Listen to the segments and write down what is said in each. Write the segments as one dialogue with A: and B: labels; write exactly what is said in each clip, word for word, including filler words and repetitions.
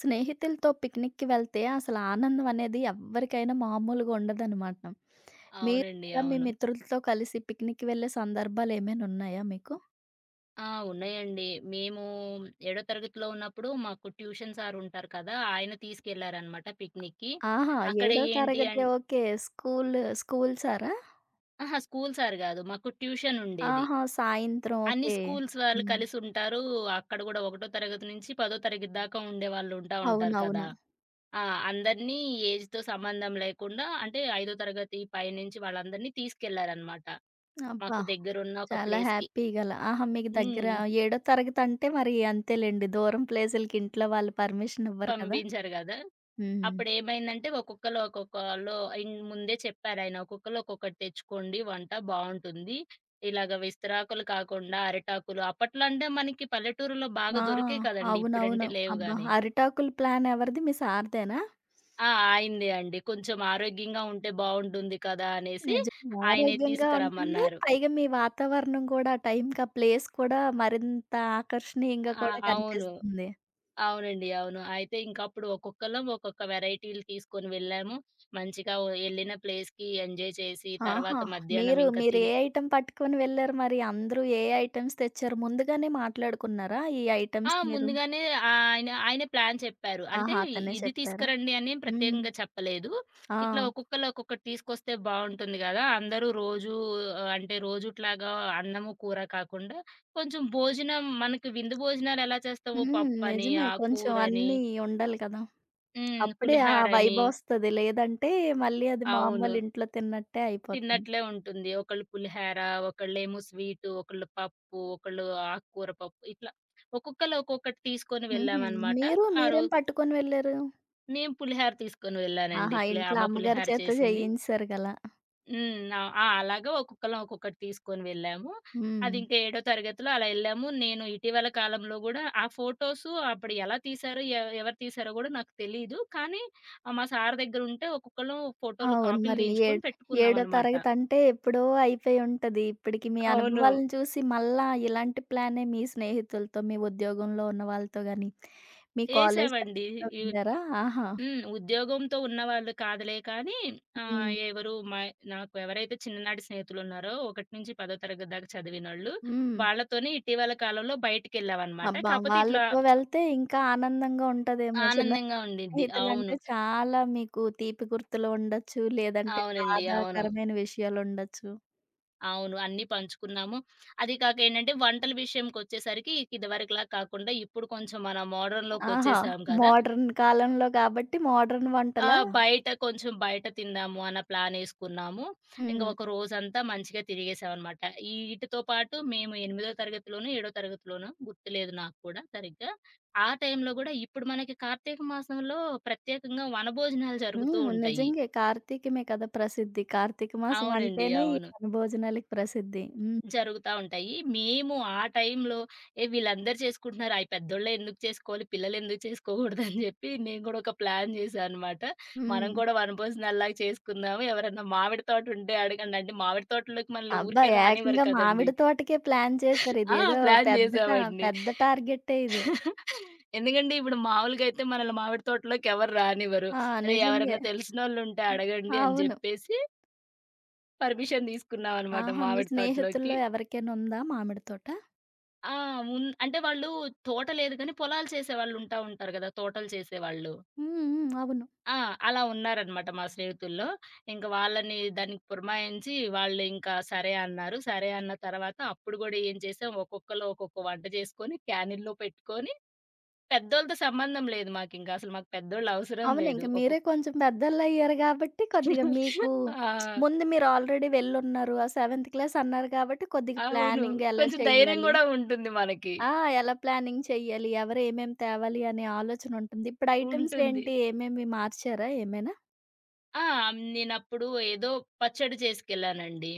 A: స్నేహితులతో పిక్నిక్‌కి వెళ్తే అసలు ఆనందం అనేది ఎవ్వరికైనా మామూలుగా ఉండదనమాట. మీరు
B: అవునండి.
A: అలా మీ
B: అవును.
A: మిత్రులతో కలిసి పిక్నిక్‌కి వెళ్ళే సందర్భాలు ఏమైనా ఉన్నాయా మీకు?
B: ఆ! ఉన్నాయండి. మేము ఏడో తరగతిలో ఉన్నప్పుడు మాకు ట్యూషన్ సార్ ఉంటారు కదా! ఆయన తీసుకెళ్లారనమాట పిక్నిక్‌కి.
A: ఆహా!
B: అక్కడ
A: ఏడో
B: ఏంటి అం
A: తరగతి ఓకే. స్కూల్ స్కూల్ సారా?
B: అహా! స్కూల్ సార్ గాదు. మాకు ట్యూషన్ ఉండేది.
A: ఆహా! సాయంత్రం
B: అన్ని
A: ఓకే.
B: స్కూల్స్ వాళ్ళు
A: హ్మ్.
B: కలిసుంటారు. అక్కడ గూడా ఒకటో తరగతి నుంచి పదో తరగతి దాకా ఉండేవాళ్ళు ఉంటా ఉంటారు కదా!
A: అవునవును.
B: ఆ! అందరినీ ఏజ్‌తో సంబంధం లేకుండా అంటే ఐదో తరగతి పైనుంచి వాళ్ళందరినీ తీసుకెళ్లారనమాట.
A: అబ్బా!
B: మాకు దగ్గరున్న ఒక
A: చాలా
B: ప్లేస్‌కి.
A: హ్యాపీ గల. ఆహా! మీకు దగ్గర.
B: హ్మ్.
A: ఏడో తరగతి అంటే మరి అంతేలెండి. దూరం ప్లేసులకి ఇంట్లో వాళ్ళు పర్మిషన్ ఇవ్వరు కదా!
B: పంపించారు గదా!
A: హ్మ్.
B: అప్పుడేమైందంటే ఒక్కొక్కళ్ళు ఒక్కొక్కళ్ళు ఇన్ ముందే చెప్పారాయన. "ఒక్కొక్కళ్ళు ఒక్కొక్కటి తెచ్చుకోండి వంట బావుంటుంది. ఇలాగ విస్తరాకులు కాకుండా అరిటాకులు" అప్పట్లో అంటే మనకి పల్లెటూరులో బాగా
A: ఆ!
B: దొరికాయి కదండీ! ఇప్పుడంటే
A: అవునవును.
B: లేవు
A: అబ్బా!
B: గానీ.
A: అరిటాకుల ప్లాన్ ఎవరిది? మీ సార్‌దేనా?
B: ఆ! ఆయనదే అండి. కొంచెం ఆరోగ్యంగా ఉంటే బావుంటుంది కదా! అనేసి
A: నిజంగా
B: ఆయనే
A: ఆరోగ్యంగా ఉంటుంది.
B: తీసుకురమ్మన్నారు.
A: పైగా మీ వాతావరణం కూడా ఆ టైంకి ఆ ప్లేస్ కూడా మరింత ఆకర్షణీయంగా
B: ఆ!
A: కూడా
B: అవును.
A: కనిపిస్తుంది.
B: అవునండి. అవును. అయితే ఇంకప్పుడు ఒక్కొక్కళ్ళం ఒక్కొక్క వెరైటీలు తీసుకొని వెళ్ళాము. మంచిగా ఓ యెళ్ళిన ప్లేస్‌కి ఎంజాయ్ చేసి,
A: ఆహా!
B: తర్వాత మధ్యాహ్నం
A: మీరు
B: ఇంకా
A: మీరు ఏ
B: తినే
A: ఐటెమ్ పట్టుకొని వెళ్లారు మరి? అందరూ ఏ ఐటెమ్స్ తెచ్చారు? ముందుగానే మాట్లాడుకున్నారా? ఈ
B: ఆ!
A: ఐటెమ్స్ మీరు.
B: ముందుగానే ఆయన ఆయనే ప్లాన్ చెప్పారు. అంటే
A: ఆహా! అతనే
B: ఇది
A: చెప్పారా?
B: తీసుకురండి అని ఏం
A: హ్మ్.
B: ప్రత్యేకంగా చెప్పలేదు.
A: ఆ!
B: ఇట్లా ఒక్కొక్కళ్ళు ఒక్కొక్కటి తీసుకొస్తే బావుంటుంది గదా! అందరూ రోజు ఆహ్, అంటే రోజుట్లాగా అన్నము, కూర కాకుండా కొంచెం భోజనం మనకి విందు భోజనాలు ఎలా చేస్తామో
A: హ్మ్.
B: పప్పని,
A: నిజమే.
B: ఆ
A: కొంచెం
B: కూరని,
A: అన్నీ ఉండాలి కదా!
B: హ్మ్.
A: అప్పుడే ఆ
B: పులిహారని
A: వైబొస్తది. లేదంటే మళ్ళీ అది
B: అవును.
A: మామూలు ఇంట్లో తిన్నట్టే అయిపోతుంది.
B: తిన్నట్లే ఉంటుంది. ఒకళ్ళు పులిహార, ఒకళ్ళేమో స్వీటు, ఒకళ్ళు పప్పు, ఒకళ్ళు ఆకుకూర పప్పు ఇట్లా ఒక్కొక్కళ్ళు ఒక్కొక్కటి తీసుకొని
A: హుహు.
B: వెళ్ళామనమాట.
A: మీరు
B: ఆ రో
A: మీరేం పట్టుకొని వెళ్లారు?
B: నేను పులిహార తీసుకొని వెళ్ళానండి.
A: ఆహా!
B: పులి
A: ఇంట్లో
B: అమ్మ
A: అమ్మగారి
B: పులిహార
A: చేత
B: చేసింది.
A: చేయించారు గలా.
B: హ్మ్. ఆహ్, ఆ! అలాగా ఒక్కొక్కళ్ళం ఒక్కొక్కటి తీసుకొని వెళ్ళాము.
A: హ్మ్.
B: అది ఇంకా ఏడో తరగతిలో అలా ఎళ్ళాము. నేను ఇటీవల కాలంలో గూడా ఆ ఫోటోసు అప్పుడు ఎలా తీశారో, ఎ ఎవరు తీశారో గూడా నాకు తెలీదు. కానీ ఆహ్, మా సార్ దగ్గరుంటే ఒక్కొక్కళ్ళం ఫోటోలు
A: అవును.
B: కాపీలు
A: మరి ఏ.
B: తీయించుకొని
A: ఏడో
B: పెట్టుకున్నామనమాట.
A: తరగతి అంటే ఎప్పుడో అయిపోయి ఉంటది. ఇప్పటికి మీ
B: అవును.
A: అనుభవాలను చూసి మళ్ళా ఇలాంటి ప్లానే మీ స్నేహితులతో, మీ ఉద్యోగంలో ఉన్న వాళ్ళతో గాని, మీ కాలేజ్
B: ఏసామండి.
A: ఫ్రెండ్స్‌తో
B: ఇ
A: వెళ్లారా? ఆహా!
B: హ్మ్. ఉద్యోగంతో ఉన్నవాళ్ళు కాదులే కానీ ఆహ్,
A: హ్మ్.
B: ఎవరు మా నాకు ఎవరైతే చిన్ననాటి స్నేహితులున్నారో ఒకటి నుంచి పది తరగతి దాకా చదివినోళ్ళు,
A: హ్మ్.
B: వాళ్ళతోనే ఇటీవల కాలంలో బయటికెళ్ళామనమాట.
A: అబ్బా!
B: కాపోతే ఇట్లా
A: వాళ్ళతో వెళ్తే ఇంకా ఆనందంగా ఉంటదేమో చిన్న.
B: ఆనందంగా ఉండిద్ది. అవును.
A: స్నేహితులంటే చాలా మీకు తీపి గుర్తులు ఉండొచ్చు. లేదంటే
B: అవునండి. అవును.
A: బాధాకరమైన విషయాలుండొచ్చు.
B: అవును. అన్నీ పంచుకున్నాము. అది కాక ఏంటంటే వంటల విషయంకొచ్చేసరికి ఇదివరకులా కాకుండా ఇప్పుడు కొంచెం మన
A: ఆహా!
B: మోడర్న్‌లోకొచ్చేసాం కదా!
A: మోడర్న్ కాలంలో కాబట్టి మోడర్న్
B: ఆ!
A: వంటలా?
B: బయట కొంచెం బయట తిందాము అన్న ప్లానేసుకున్నాము. ఇంక
A: హ్మ్.
B: ఒక రోజంతా మంచిగా తిరిగేసామనమాట. ఈ ఈటితో పాటు మేము ఎనిమిదో తరగతిలోనో, ఏడో తరగతిలోనో గుర్తులేదు నాకు కూడా సరిగ్గా. ఆ టైంలో గూడా ఇప్పుడు మనకి కార్తీక మాసంలో ప్రత్యేకంగా వనభోజనాలు జరుగుతూ
A: హ్మ్.
B: ఉంటాయి.
A: నిజంగే కార్తీకమే కదా ప్రసిద్ధి. కార్తీక మాసం
B: అవునండి.
A: అంటేనే ఈ
B: అవును.
A: వనభోజనాలకి ప్రసిద్ధి. హ్మ్.
B: జరుగుతా ఉంటాయి. మేము ఆ టైంలో ఏ వీళ్ళందరూ చేసుకుంటున్నారు. అయి పెద్దోళ్ళే ఎందుకు చేసుకోవాలి? పిల్లలెందుకు చేసుకోకూడదు అని చెప్పి నేను కూడా ఒక ప్లాన్ చేశా అనమాట. మనం
A: హ్మ్.
B: కూడా వనభోజనాల్లాగా చేసుకుందాము. ఎవరన్నా మామిడి తోట ఉంటే అడగండి. అంటే మామిడి తోటలోకి మనల్ని
A: అబ్బా!
B: ఊరికే రానివ్వరు
A: ఏకంగా
B: కదండీ!
A: మామిడి తోటకే ప్లాన్ చేశారు.
B: ఆ!
A: ఇదేదో
B: ప్లాన్
A: పెద్ద టా
B: చేశామండి.
A: పెద్ద టార్గెట్టే ఇది.
B: ఎందుకంటే ఇప్పుడు మామూలుగా అయితే మనల్ని మామిడి తోటలోకి ఎవరు రానివ్వరు.
A: ఆ!
B: అరే!
A: నిజంగే.
B: ఎవరన్నా తెలిసినోళ్ళు ఉంటే అడగండి అని
A: అవును.
B: చెప్పేసి పర్మిషన్ తీసుకున్నామనమాట
A: ఆహా! మీ
B: మామిడి తోటలోకి.
A: స్నేహితుల్లో ఎవరికైనా ఉందా మామిడి తోట?
B: ఆ! ఉన్ అంటే వాళ్ళు తోట లేదు గానీ, పొలాలు చేసేవాళ్ళు ఉంటా ఉంటారు గదా! తోటలు చేసేవాళ్ళు.
A: హ్మ్. హ్మ్. అవును.
B: ఆ! అలా ఉన్నారనమాట మా స్నేహితుల్లో. ఇంక వాళ్ళని దానికి పురమాయించి, వాళ్ళు ఇంకా సరే అన్నారు. సరే అన్న తర్వాత అప్పుడు గూడా ఏం చేసాం, ఒక్కొక్కళ్ళు ఒక్కొక్క వంట చేసుకొని, క్యానిన్‌లో పెట్టుకొని పెద్దోళ్ళతో సంబంధం లేదు మాకింక. అసలు మాకు పెద్దోళ్ళు అవసరం
A: అవును.
B: లేదు.
A: ఇంక మీరే
B: ఒక్కొక్క
A: కొంచెం పెద్దోళ్ళయ్యారు గాబట్టి, కొద్దిగా మీకు
B: ఆ!
A: ముందు మీరు ఆల్రెడీ వెళ్లున్నారు. ఆ సెవెంత్ క్లాస్ అన్నారు గాబట్టి, కొద్దిగా
B: అవును.
A: ప్లానింగ్ ఎలా
B: కొంచెం ధైర్యం
A: చెయ్యాలి?
B: గూడా ఉంటుంది మనకి.
A: ఆ! ఎలా ప్లానింగ్ చెయ్యాలి? ఎవరు ఏమేమి తేవాలి? అనే ఆలోచన ఉంటుంది. ఇప్పుడు ఐటెమ్స్
B: ఉంటుంది.
A: ఏంటి? ఏమేమి మార్చారా ఏమైనా?
B: ఆ! నేనప్పుడు ఏదో పచ్చడి చేసుకెళ్ళానండి.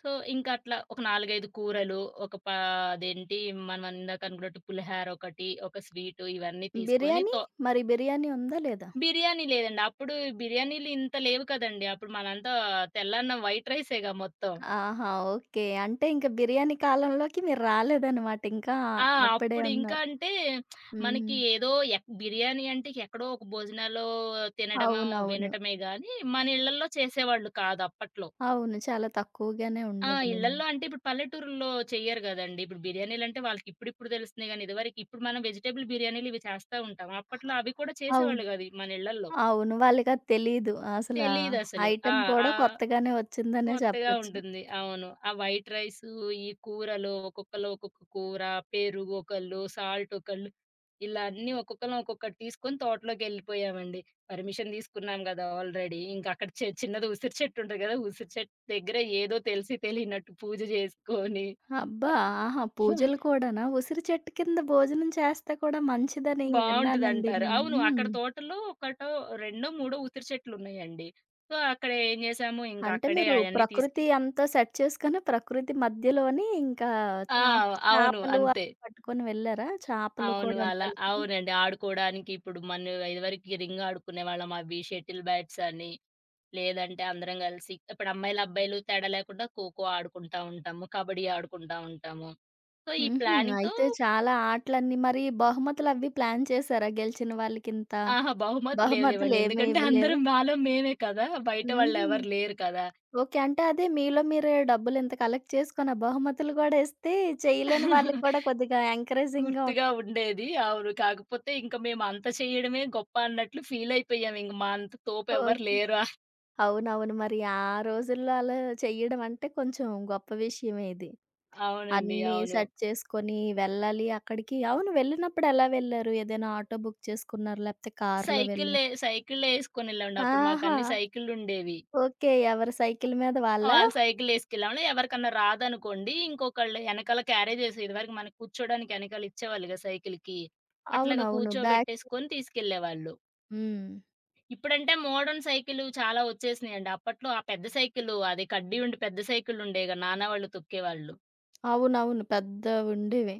B: సో, ఇంకా అట్లా ఒక నాలుగు, ఐదు కూరలు, ఒక పా అదేంటి మనం ఇందాక అనుకున్నట్టు పులిహార ఒకటి, ఒక స్వీటు ఇవన్నీ తీసుకొని
A: బిర్యానీ?
B: తొ
A: మరి బిర్యానీ ఉందా? లేదా?
B: బిర్యానీ లేదండి. అప్పుడు బిర్యానీలు ఇంత లేవు కదండీ. అప్పుడు మనంతా తెల్లన్నం, వైట్ రైసేగా మొత్తం.
A: ఆహా! ఓకే. అంటే ఇంక బిర్యానీ కాలంలోకి మీరు రాలేదనమాట. ఇంకా
B: ఆ!
A: అప్పుడే
B: అప్పుడు ఇంకా
A: ఉన్నారు.
B: అంటే
A: హ్మ్.
B: మనకి ఏదో ఎక్ బిర్యానీ అంటే ఎక్కడో ఒక భోజనాల్లో తినడమో,
A: అవునవును.
B: వినటమే గానీ, మన ఇళ్ళల్లో చేసేవాళ్ళు కాదు అప్పట్లో.
A: అవును. చాలా తక్కువగానే
B: ఆ!
A: ఉండేదిలెండి.
B: ఇళ్లల్లో అంటే ఇప్పుడు పల్లెటూరుల్లో చెయ్యరు గదండీ. ఇప్పుడు బిర్యానీలంటే వాళ్ళకిప్పుడిప్పుడు తెలుస్తున్నాయి గానీ, ఇదివరకు ఇప్పుడు మనం వెజిటబుల్ బిర్యానీలు ఇవి చేస్తా ఉంటాం. అప్పట్లో అవి కూడా
A: అవును.
B: చేసేవాళ్ళు గాదు మన ఇళ్లల్లో.
A: అవును. వాళ్ళకది తెలీదు. అసలా
B: తెలీదసలు. ఆ!
A: ఐటెమ్ కూడా
B: ఆహ్,
A: కొత్తగానే వచ్చిందనే
B: కొత్తగా
A: చెప్పొచ్చు.
B: ఉంటుంది. అవును. ఆ వైట్ రైసు, ఈ కూరలు ఒక్కొక్కళ్ళు ఒక్కొక్క కూర, పెరుగు ఒకళ్ళు, సాల్ట్ ఒకళ్ళు, ఇలా అన్నీ ఒక్కొక్కళ్ళం ఒక్కొక్కటి తీసుకొని తోటలోకెళ్ళిపోయామండి. పర్మిషన్ తీసుకున్నాం గదా ఆల్రెడీ. ఇంకక్కడ చె చిన్నది ఉసిరి చెట్టు ఉంటది గదా! ఉసిరి చెట్టు దగ్గర ఏదో తెలిసి తెలియనట్టు పూజ జేసుకొని
A: అబ్బా! ఆహా! పూజలు కూడానా? ఉసిరి చెట్టు కింద భోజనం చేస్తే కూడా మంచిదని విన్నానండి
B: బావుంటదంటారు.
A: నేను.
B: అవును. అక్కడ
A: హ్మ్.
B: తోటలో ఒకటో, రెండో, మూడో ఉసిరి చెట్లున్నాయండి. సో, అక్కడ ఏం జేశాము, ఇంక
A: అంటే
B: అక్కడే
A: మీరు
B: అయన్నీ తీసుకె
A: ప్రకృతి అంతా సెట్ చేసుకొని ప్రకృతి మధ్యలోని ఇంకా
B: ఆ!
A: చా
B: అవును.
A: చేపలు
B: అంతే.
A: అవి పట్టుకొని వెళ్లారా? చేపలు
B: అవును.
A: కూడా
B: అలా
A: ఉండాలి కదా!
B: అవునండి. ఆడుకోడానికి ఇప్పుడు మన ఇదివరకి రింగ్ ఆడుకునేవాళ్ళం. అవి షటిల్ బ్యాట్స్ అని, లేదంటే అందరం గలిసి ఇప్పుడు అమ్మాయిలు, అబ్బాయిలు తేడా లేకుండా ఖోఖో ఆడుకుంటా ఉంటాము. కబడ్డీ ఆడుకుంటా ఉంటాము. సో, ఈ
A: హుహు.
B: ప్లానింగ్‌తో
A: అయితే చాలా ఆటలన్నీ మరి బహుమతులవి ప్లాన్ చేశారా? గెలిచిన వాళ్ళకింత
B: అహా! బహుమతులేవి లేవండి.
A: బహుమతులేమీ
B: ఎందుకంటే అందరం
A: ఇవ్వలేవా?
B: మాలో మేమే కదా! బయట
A: హుహు.
B: వాళ్ళెవరు లేరు కదా!
A: ఓకే. అంటే అదే మీలో మీరే డబ్బులింత కలెక్ట్ చేసుకొని, ఆ బహుమతులు గూడా ఇస్తే చేయలేని వాళ్ళకి కూడా కొద్దిగా ఎంకరేజింగ్‌గా ఉం.
B: గుర్తుగా ఉండేది. అవును. కాకపోతే ఇంక మేమంత చేయడమే గొప్ప అన్నట్లు ఫీలయిపోయాం. ఇంక మా అంత తోపెవ్వరు
A: ఓకే.
B: లేరు.
A: అవునవును. మరి ఆ రోజుల్లో అలా చెయ్యడం అంటే కొంచెం గొప్ప విషయమే ఇది.
B: అవునండి.
A: అన్నీ
B: అవును.
A: సెట్ చేసుకొని వెళ్ళాలి అక్కడికి. అవును వెళ్ళినప్పుడు ఎలా వెళ్లారు? ఏదైనా ఆటో బుక్ చేసుకున్నారా? లేపోతే కారులో
B: సైకిల్లే
A: వెళ్లారా?
B: సైకిళ్ళేసుకొనెళ్ళామండి. అప్పుడు
A: ఆహా!
B: మాకన్ని సైకిళ్ళుండేవి.
A: ఓకే. ఎవరి సైకిల్ మీద వాళ్ళా?
B: వాళ్ళు సైకిళ్ళేసుకెళ్ళామని ఎవరికన్నా రాదనుకోండి, ఇంకొకళ్ళు ఎనకాల క్యారేజెస్ ఇదివరకు మనకు కూర్చోడానికి ఎనకాల ఇచ్చేవాళ్ళు గదా! సైకిల్‌కి. అట్లాగా
A: అవునవును. బ్యాక్.
B: కూర్చోబెట్టేసుకొని తీసుకెళ్ళేవాళ్ళు.
A: హ్మ్.
B: ఇప్పుడంటే మోడర్న్ సైకిలు చాలా వచ్చేసినియండి. అప్పట్లో ఆ పెద్ద సైకిలు అది కడ్డీ ఉండి పెద్ద సైకిళ్ళుండేవిగా నాన్న వాళ్ళు తొక్కేవాళ్ళు.
A: అవునవును. పెద్దవుండేవి.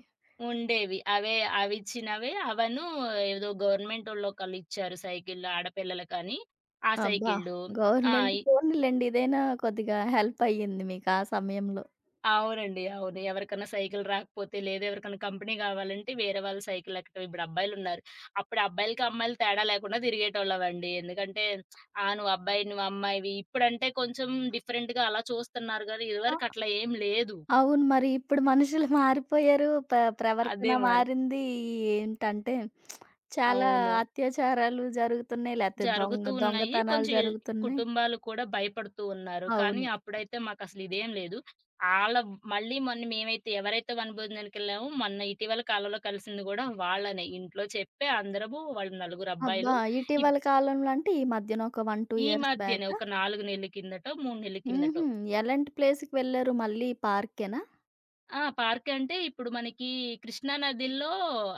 B: ఉండేవి. అవే అవిచ్చినవే అవనూ ఏదో గవర్నమెంటోళ్ళొకళ్ళు ఇచ్చారు సైకిళ్ళు ఆడపిల్లలకని. ఆ
A: అబ్బా!
B: సైకిళ్ళు. ఆ!
A: గవర్నమెంట్
B: ఇ
A: పోనీలెండి ఇదైనా కొద్దిగా హెల్ప్ అయ్యింది మీకు ఆ సమయంలో.
B: అవునండి. అవును. ఎవరికన్నా సైకిల్ రాకపోతే, లేదా ఎవరికన్నా కంపెనీ గావాలంటే వేరే వాళ్ళ సైకిల్ ఎక్కటం. ఇప్పుడు అబ్బాయిలున్నారు. అప్పుడు అబ్బాయిలకి, అమ్మాయిలు తేడా లేకుండా తిరిగేటోళ్ళమండి. ఎందుకంటే, ఆ! నువ్వు అబ్బాయి, నువ్వు అమ్మాయివి. ఇప్పుడంటే కొంచెం డిఫరెంట్‌గా అలా చూస్తున్నారు గానీ,
A: ఆ!
B: ఇదివరకు అట్లా ఏం లేదు.
A: అవును. మరి ఇప్పుడు మనుషులు మారిపోయారు. ప ప్రవర్తన
B: అదే మరి.
A: మారింది. ఏంటంటే చాలా
B: అవును.
A: అత్యాచారాలు జరుగుతున్నాయి. లేతే
B: జరుగుతూ
A: దొంగ
B: ఉన్నాయి.
A: దొంగతనాలు
B: కొంచెం ఎల్
A: జరుగుతున్నాయి.
B: కుటుంబాలు కూడా భయపడుతూ ఉన్నారు. కానీ
A: అవును.
B: అప్పుడైతే మాకసలు ఇదేం లేదు. ఆళ్ళ మళ్ళీ మొన్న మేమైతే ఎవరైతే వనభోజనానికెళ్ళామో మొన్న ఇటీవల కాలంలో కలిసింది గూడా వాళ్ళనే. ఇంట్లో చెప్పే అందరము వాళ్ళు నలుగురు
A: అబ్బా!
B: అబ్బాయిలు. ఇద్
A: ఇటీవల కాలంలో అంటే ఈ మధ్యన ఒక ఒకటి, రెండు
B: ఈ
A: ఇయర్స్
B: మధ్యనే
A: బ్యాకా?
B: ఒక నాలుగు నెలల కిందటో, మూడు నెలల కిందటో.
A: హుహు. ఎలాంటి ప్లేస్‌కి వెళ్లారు? మళ్ళీ పార్కేనా?
B: ఆ! పార్క్ అంటే ఇప్పుడు మనకి కృష్ణా నదిలో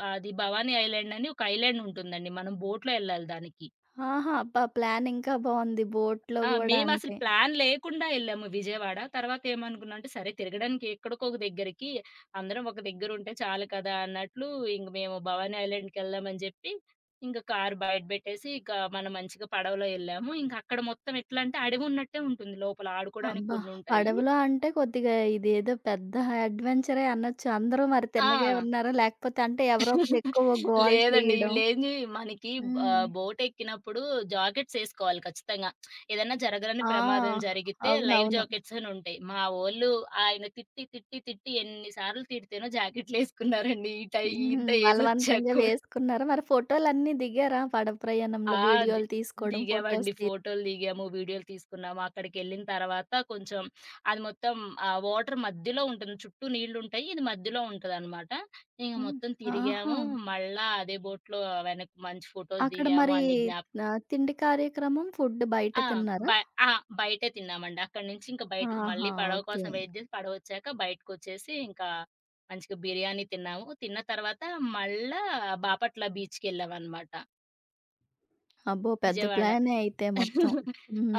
B: అది భవానీ ఐలాండ్ అని ఒక ఐలాండ్ ఉంటుందండి. మనం బోట్‌లో ఎళ్ళాలి దానికి.
A: ఆహా! అబ్బా! ప్లాన్ ఇంకా బావుంది. బోట్‌లో
B: ఆ!
A: గూడా
B: మేమసలు
A: అంటే.
B: ప్లాన్ లేకుండా ఎళ్ళాము విజయవాడ. తర్వాత ఏమనుకున్నాం అంటే, సరే తిరగడానికి ఎక్కడికో ఒక దగ్గరికి అందరం ఒక దగ్గరుంటే చాలు కదా! అన్నట్లు ఇంక మేము భవానీ ఐలాండ్‌కెళ్దామని జెప్పి, ఇంక కారు బయట బెట్టేసి, ఇక మనం మంచిగా పడవలో ఎళ్ళాము. ఇంకక్కడ మొత్తం ఎట్లంటే అడవున్నట్టే ఉంటుంది లోపల ఆడుకోడానికి
A: అబ్బా!
B: కొన్నుంటాయి.
A: పడవలో అంటే కొద్దిగా ఇదేదో పెద్ద అడ్వెంచరే అనొచ్చు. అందరూ మరి తిన్నగే
B: ఆ!
A: ఉన్నారా? లేకపోతే అంటే ఎవరో ఒకళ్ళు ఎక్కువ గోల
B: లేదండి. ఇవి
A: చేయడం.
B: లేనిది మనకి
A: హ్మ్.
B: ఆహ్, బోటెక్కినప్పుడు జాకెట్స్ ఏసుకోవాలి ఖచ్చితంగా. ఏదన్నా జరగరాని
A: ఆ!
B: ప్రమాదం జరిగితే లైవ్
A: అవునవును.
B: జాకెట్స్ అని ఉంటాయి. మా వోళ్ళు ఆయన తిట్టి, తిట్టి, తిట్టి ఎన్ని సార్లు తిడితేనో జాకెట్‌లేసుకున్నారండి. ఈ టై ఇంత
A: హ్మ్.
B: ఏజొచ్చాక
A: బలవంతంగా
B: కూడా.
A: వేసుకున్నారా? మరి ఫోటోలన్నీ దిగారా? పడవ
B: ఆ!
A: ప్రయాణంలో
B: ది
A: వీడియోలు తీసుకోవడం, ఫోటోస్
B: దిగామండి.
A: తీ.
B: ఫోటోలు దిగాము, వీడియోలు తీసుకున్నాము. అక్కడికెళ్ళిన తర్వాత కొంచెం అది మొత్తం ఆహ్, వాటర్ మధ్యలో ఉంటుంది. చుట్టూ నీళ్లుంటాయి. ఇది మధ్యలో ఉంటదనమాట. ఇంక
A: హ్మ్.
B: మొత్తం
A: ఆహా!
B: తిరిగాము. మళ్ళా అదే బోట్‌లో వెనక్కి మంచి ఫోటోలు
A: అక్కడ
B: దిగాము.
A: మరి
B: అన్ని జ్ఞాప
A: ఆహ్, తిండి కార్యక్రమం, ఫుడ్ బయట
B: ఆ! బ
A: తిన్నారా?
B: ఆ! బయటే తిన్నామండి. అక్కడి నుంచి ఇంక బయటకి మళ్ళీ
A: ఆహా!
B: పడవ
A: ఓకే.
B: కోసం వెయిట్ జేసి పడవొచ్చాక బయటకొచ్చేసి ఇంకా మంచిగా బిర్యానీ తిన్నాము. తిన్న తర్వాత మళ్ళా బాపట్ల బీచ్‌కెళ్ళామనమాట.
A: అబ్బో! పెద్ద
B: విజయవాడ
A: ప్లానే అయితే మొత్తం.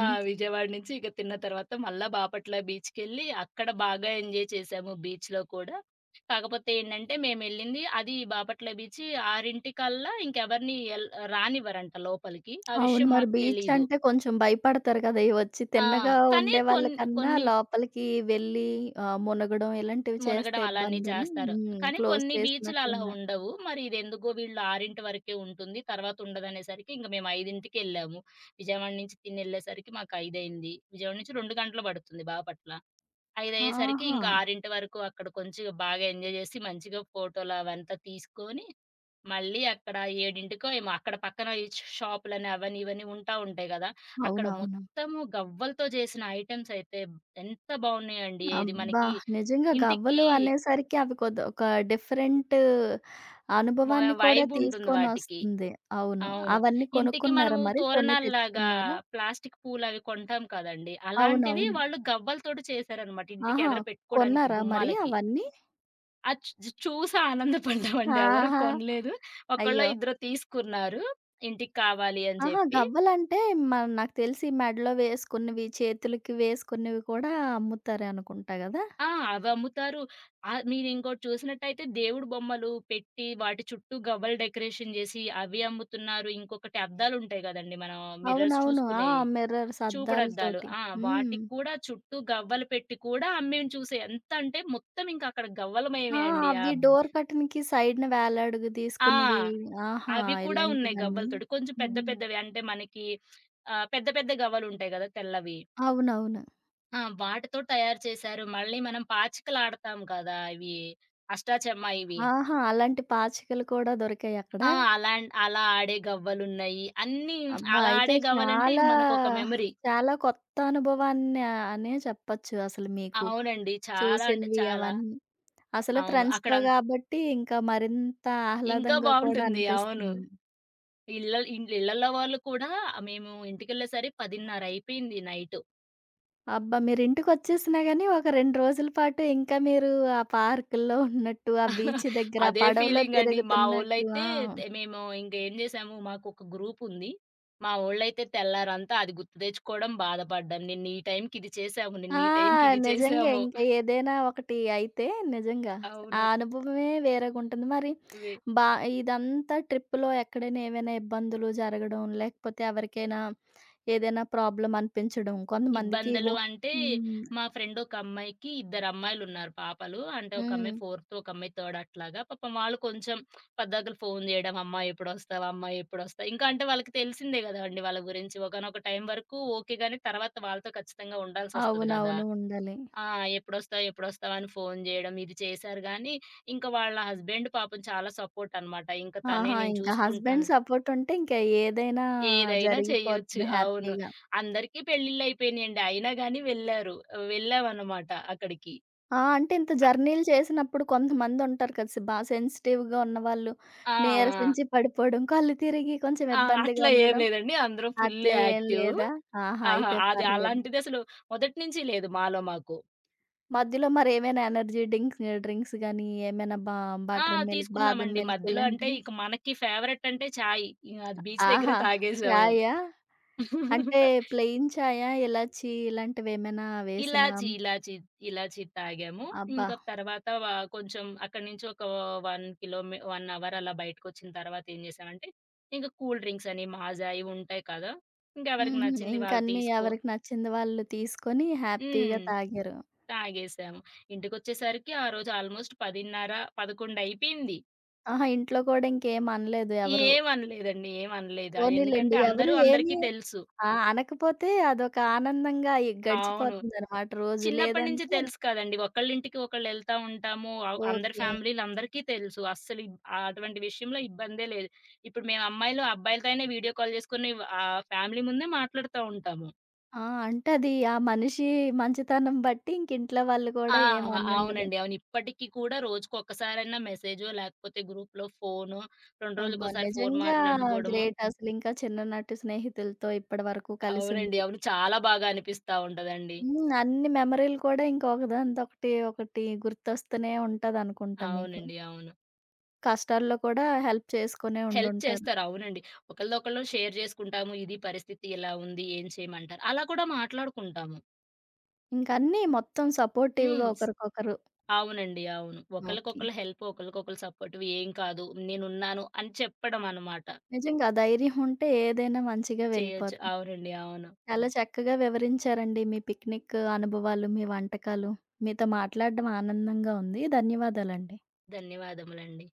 B: ఆ! విజయవాడ నుంచి ఇక తిన్న తర్వాత మళ్ళా బాపట్ల బీచ్‌కెళ్ళి అక్కడ బాగా ఎంజాయ్ చేశాము బీచ్‌లో కూడా. కాకపోతే ఏంటంటే మేమెళ్ళింది అది బాపట్ల బీచ్ 6:00కల్లా ఇంకెవరిని ఎల్ రానివ్వరంట లోపలికి. ఆ
A: అవును.
B: విషయం
A: మరి
B: మాకు
A: బీచ్
B: తెలీదు.
A: అంటే కొంచెం భయపడతారు కదా! ఈ వచ్చి
B: ఆ!
A: తిన్నగా
B: కానీ
A: ఉండేవాళ్ళ
B: కొన్
A: కన్నా
B: కొన్ని
A: లోపలికి వెళ్ళి ఆహ్, మునగడం ఇలాంటివి చేస్తే
B: మునగడం అలానే
A: ఇబ్బందని
B: చేస్తారు.
A: హ్మ్.
B: కానీ
A: క్లోజ్
B: కొన్ని బీచ్‌లు అలా
A: చేసినట్లున్నారు.
B: ఉండవు. మరి ఇదెందుకో వీళ్ళు ఆరు గంటల వరకే ఉంటుంది. తర్వాత ఉండదనేసరికి ఇంక మేము 5:00కెళ్ళాము. విజయవాడ నుంచి తినెళ్ళేసరికి మాకు ఐదు అయింది. విజయవాడ నుంచి రెండు గంటలు పడుతుంది బాపట్ల. ఐదయ్యేసరికి
A: ఆహా!
B: ఇంకా ఆరు గంటల వరకు అక్కడ కొంచెం బాగా ఎంజాయ్ జేసి, మంచిగా ఫోటోలవంతా తీసుకొని, మళ్ళీ అక్కడ 7:00కో ఏమో అక్కడ పక్కన ఈ ష్ షాపులని అవని, ఇవని ఉంటా ఉంటాయి గదా! అక్కడ
A: అవునవును.
B: మొత్తము గవ్వలతో చేసిన ఐటెమ్స్ అయితే ఎంత బావున్నాయండి. ఏది
A: అబ్బా!
B: మనకి
A: నిజంగా
B: ఇంటికి
A: గవ్వలు అనేసరికి అవి కొద్ ఒక డిఫరెంట్
B: వై
A: అనుభవాన్ని కూడా
B: వైబుంటుంది వాటికి.
A: తీసుకొనొస్తుంది. అవును.
B: అవును.
A: అవన్నీ
B: ఇంటికి
A: కొనుక్కున్నారా
B: మనము
A: మరి? కొన్ని
B: తోరణాల్లాగా
A: తెచ్చుకున్నారా?
B: ప్లాస్టిక్ పూలవి కొంటాం కదండీ! అలాంటివి
A: అవునవును.
B: వాళ్ళు గవ్వలతోటి చేశారనమాట. ఇంటికి
A: ఆహా!
B: ఎదర పెట్టుకోడానికి
A: కొన్నారా మరి
B: గుమ్మాలకి.
A: అవన్నీ?
B: అది చు చూసి ఆనందపడ్డామండి. ఎవరు
A: ఆహా!
B: కొనలేదు. ఒకళ్ళో
A: అయ్యో!
B: ఇద్దరో తీసుకున్నారు. ఇంటికి కావాలి అని
A: అహా!
B: జెప్పి.
A: గవ్వలంటే మ నాకు తెలిసి మెడలో వేసుకున్నవి, చేతులకి వేసుకున్నవి కూడా అమ్ముతారు అనుకుంటా గదా!
B: ఆ! అవమ్ముతారు. ఆహ్, మీరింకోటి చూసినట్టయితే దేవుడు బొమ్మలు పెట్టి, వాటి చుట్టూ గవ్వలు డెకరేషన్ జేసి అవి అమ్ముతున్నారు. ఇంకొకటి అద్దాలుంటాయి గదండీ! మనం మిర్రర్స్
A: అవునవును. ఆ!
B: చూసుకునేయి.
A: మిర్రర్స్
B: చూపుడద్దాలు.
A: అద్దాలతోటి.
B: ఆ!
A: హ్మ్.
B: వాటికి కూడా చుట్టూ గవ్వలు పెట్టి కూడా అమ్మేం చూసే. ఎంతంటే మొత్తం ఇంకక్కడ
A: ఆ!
B: గవ్వలమయమే అండి. ఆ!
A: అవి డోర్ కర్టెన్‌కి సైడ్‌న వేలాడుగ
B: ఆ!
A: తీసుకున్నవి. ఆహా!
B: అవి కూడా ఉన్నాయి
A: ఇలాంటివన్నీ.
B: గవ్వలతోటి. కొంచెం పెద్ద
A: హ్మ్.
B: పెద్దవి అంటే మనకి ఆహ్, పెద్ద పెద్ద గవ్వలుంటాయి గదా! తెల్లవి.
A: అవునవును.
B: ఆ! వాటితో తయారు చేశారు. మళ్ళీ మనం పాచికలాడతాం కదా! ఇవి అష్టాచెమ్మా ఇవి.
A: ఆహా! అలాంటి పాచికలు కూడా దొరికాయి అక్కడ.
B: ఆ! అలాన్ అలా ఆడే గవ్వలున్నాయి. అన్నీ
A: అబ్బా!
B: అలా
A: అయితే
B: ఆడే గవ్వలంటే ఇక
A: చాలా,
B: మనకొక మెమరీ.
A: చాలా కొత్త అనుభవాన్ని అనే చెప్పొచ్చు అసలు మీకు.
B: అవునండి. చాలా అంటే
A: చూసినవి
B: చాలా.
A: అవన్నీ. అసలు
B: అవును.
A: ఫ్రెండ్స్‌తో
B: అక్కడంత్
A: గాబట్టి ఇంకా మరింత
B: ఇంకా
A: ఆహ్లాదంగా కూడా
B: బావుంటుంది. అవును.
A: అనిపిస్తుంది.
B: ఇళ్ళల్ ఇన్ ఇళ్ళల్లో వాళ్ళు కూడా మేము ఇంటికెళ్ళేసరి పది ముప్పై అయిపోయింది నైటు.
A: అబ్బా! మీరింటికొచ్చేసినా గాని ఒక రెండు రోజుల పాటు ఇంకా మీరు ఆ పార్కుల్లో ఉన్నట్టు, ఆ బీచ్ దగ్గర, ఆ
B: అదే
A: పడవలో
B: ఫీలింగండి. మా
A: తిరుగుతున్నట్టు
B: వోళ్ళైతే
A: ఆ!
B: తే మేము ఇంకేం జేసాము, మాకొక గ్రూపుంది. మా వోళ్ళైతే తెల్లారంతా అది గుర్తు తెచ్చుకోవడం, బాధపడ్డం. నిన్న ఈ టైంకిది చేశాము, నిన్న
A: ఆ!
B: ఈ టైంకిది
A: నిజంగా
B: చేశాము.
A: ఇంకా ఏదైనా ఒకటి అయితే నిజంగా
B: అవును.
A: ఆ అనుభవమే వేరేగుంటుంది. మరి
B: వే
A: బా ఇదంతా ట్రిప్‌లో ఎక్కడైనా ఏవైనా ఇబ్బందులు జరగడం, లేకపోతే ఎవరికైనా ఏదైనా ప్రాబ్లమ్ అనిపించడం కొంతమందికి
B: ఇబ్బందులు
A: వొ.
B: అంటే,
A: హ్మ్.
B: మా ఫ్రెండ్ ఒక అమ్మాయికి ఇద్దరమ్మాయిలున్నారు పాపలు. అంటే ఒక
A: హ్మ్.
B: అమ్మాయి ఫోర్త్, ఒక అమ్మాయి థర్డ్ అట్లాగా. పాపం వాళ్ళు కొంచెం పద్దాకల ఫోను జేయడం, "అమ్మా ఎప్పుడొస్తావు? అమ్మా ఎప్పుడొస్తావు?" ఇంకా అంటే వాళ్ళకి తెలిసిందే గదండీ వాళ్ళ గురించి. ఒకానొక టైం వరకు ఓకే గానీ, తర్వాత వాళ్ళతో ఖచ్చితంగా ఉండాల్సొస్తది గదా!
A: అవునవును. ఉండాలి.
B: ఆ! ఎప్పుడొస్తావు? ఎప్పుడొస్తావు? అని ఫోను జేయడం ఇది చేశారు గానీ, ఇంక వాళ్ళ హస్బెండ్ పాపం చాలా సపోర్టనమాట. ఇంక తనే
A: ఆహా!
B: నేను
A: ఇంకా హస్బెండ్
B: చూసుకుంటాను.
A: సపోర్ట్ ఉంటే ఇంకా ఏదైనా
B: ఏదైనా చెయ్యొచ్చు.
A: జరిగిపోతుంది
B: అవును.
A: హ్యాపీగా.
B: అందరికీ పెళ్ళిళ్ళయిపోయినియండి. అయినా గానీ వెళ్ళారు. వెళ్ళామనమాట అక్కడికి.
A: ఆ! అంటే ఇంత జర్నీలు చేసినప్పుడు కొంతమందుంటారు కదా! సి బా సెన్సిటివ్‌గా ఉన్నవాళ్ళు
B: ఆ! ఆ!
A: నీరసించి పడిపోవడం, కళ్ళు తిరిగి కొంచెం
B: ఆ!
A: ఇబ్బందిగా
B: అట్లా ఏం
A: ఉండడం.
B: లేదండి. అందరం ఫుల్
A: అట్లా ఏం
B: యాక్టివ్.
A: లేదా? ఆహా!
B: ఆహా!
A: అయితే
B: అది
A: పర్లేదు.
B: అలాంటిదసలు మొదటి నుంచి లేదు మాలో మాకు.
A: మధ్యలో మరేమైనా ఎనర్జీ డింక్స్ డ్రింక్స్ గానీ, ఏమైనా బా.
B: ఆ!
A: బటర్ మిల్క్, బాదం
B: తీసుకున్నామండి.
A: మిల్క్
B: మధ్యలో అంటే
A: ఇలాంటివి?
B: ఇక మనకి ఫేవరెట్ అంటే చాయ్. ఇగ అది బీచ్ దగ్గరే
A: ఆహా!
B: తాగేసాము.
A: చాయా? అంటే ప్లెయిన్ చాయా, ఇలాచీ ఇలాంటివేమైనా వేసినవా?
B: ఇలాచి, ఇలాచి, ఇలాచి తాగాము.
A: అబ్బా!
B: ఇంక తర్వాత వ కొంచెం అక్కడి నుంచి ఒక 1 కిలోమీ ఒక అవర్ అలా బయటకొచ్చిన తర్వాత ఏం చేశామంటే, ఇంక కూల్ డ్రింక్స్ అని, మాజా ఇవి ఉంటాయి కదా! ఇంకెవరికి
A: హుహు.
B: నచ్చింది వాళ్ళు
A: ఇంకన్నీ
B: తీసుకో
A: ఎవరికి నచ్చింది వాళ్ళు తీసుకొని హ్యాపీగా
B: హ్మ్.
A: తాగారు.
B: తాగేసాము. ఇంటికొచ్చేసరికి ఆ రోజు ఆల్మోస్ట్ పది ముప్పై, పదకొండు అయిపోయింది.
A: ఆహా! ఇంట్లో కూడా ఇంకేం అనలేదు ఎవరు.
B: ఏమనలేదండి. ఏమనలేదు. ఆ
A: పోనీలెండి
B: ఎందుకంటే
A: ఎవరు
B: అందరూ అందరికీ
A: ఏమి.
B: తెలుసు.
A: ఆ! అనకపోతే అదొక ఆనందంగా ఇ
B: అవును.
A: గడిచిపోతుందనమాట రోజు.
B: చిన్నప్పటి నుంచి
A: లేదంటే
B: తెలుసు కదండీ. ఒకళ్ళింటికి ఒకళ్ళెళ్తా ఉంటాము. అవ్ అందరి
A: ఓకే.
B: ఫ్యామిలీలందరికీ తెలుసు. అస్సలు ఇబ్ ఆహ్, అటువంటి విషయంలో ఇబ్బందే లేదు. ఇప్పుడు మేము అమ్మాయిలు, అబ్బాయిలతో అయినా వీడియో కాల్ చేసుకొని ఆహ్, ఫ్యామిలీ ముందే మాట్లాడుతా ఉంటాము.
A: ఆ! అంటే అది ఆ మనిషి మంచితనం బట్టి ఇంక ఇంట్లో వాళ్ళు
B: ఆ!
A: కూడా ఏమి అననుండరు.
B: అవునండి. అవును. ఇప్పటికి కూడా రోజుకొక్కసారన్నా మెసేజో, లేకపోతే గ్రూప్‌లో ఫోనో, రెండు
A: అబ్బా!
B: రోజులకోసారి ఫోను
A: నిజంగా
B: మాట్లాడుకోవడమో
A: గ్రేట్ అసలు ఇంకా చిన్ననాటి స్నేహితులతో ఇప్పటి వరకు
B: అవునండి.
A: కలిసుండి.
B: అవును. చాలా బాగా అనిపిస్తా ఉంటదండి.
A: హ్మ్. అన్ని మెమరీలు కూడా ఇంకా ఒకదానితో ఒకటి, ఒకటి గుర్తొస్తూనే ఉంటదనుకుంటా మీకు.
B: అవునండి. అవును.
A: కష్టాల్లో కూడా హెల్ప్ చేసుకునే
B: హెల్ప్
A: ఉండుంటారు.
B: చేస్తారు. అవునండి. ఒకళ్ళదొకళ్ళం షేర్ జేసుకుంటాము. ఇది పరిస్థితి ఇలా ఉంది. ఏం చేయమంటారు? అలా కూడా మాట్లాడుకుంటాము.
A: ఇంకన్నీ మొత్తం
B: హ్మ్.
A: సపోర్టివ్‌గా
B: స్
A: ఒకరికొకరు.
B: అవునండి. అవును.
A: ఓకే.
B: ఒకళ్ళకొకళ్ళు హెల్ప్, ఒకళ్ళకొకళ్ళు సపోర్ట్ ఏం కాదు. నేనున్నాను అని చెప్పడం అన్నమాట.
A: నిజంగా ఆ ధైర్యం ఉంటే ఏదైనా మంచిగా
B: చేయొచ్చు.
A: వెళ్ళిపోతుంది.
B: అవునండి. అవును.
A: చాలా చక్కగా వివరించారండి మీ పిక్నిక్ అనుభవాలు, మీ వంటకాలు. మీతో మాట్లాడడం ఆనందంగా ఉంది. ధన్యవాదాలండి.
B: ధన్యవాదములండి.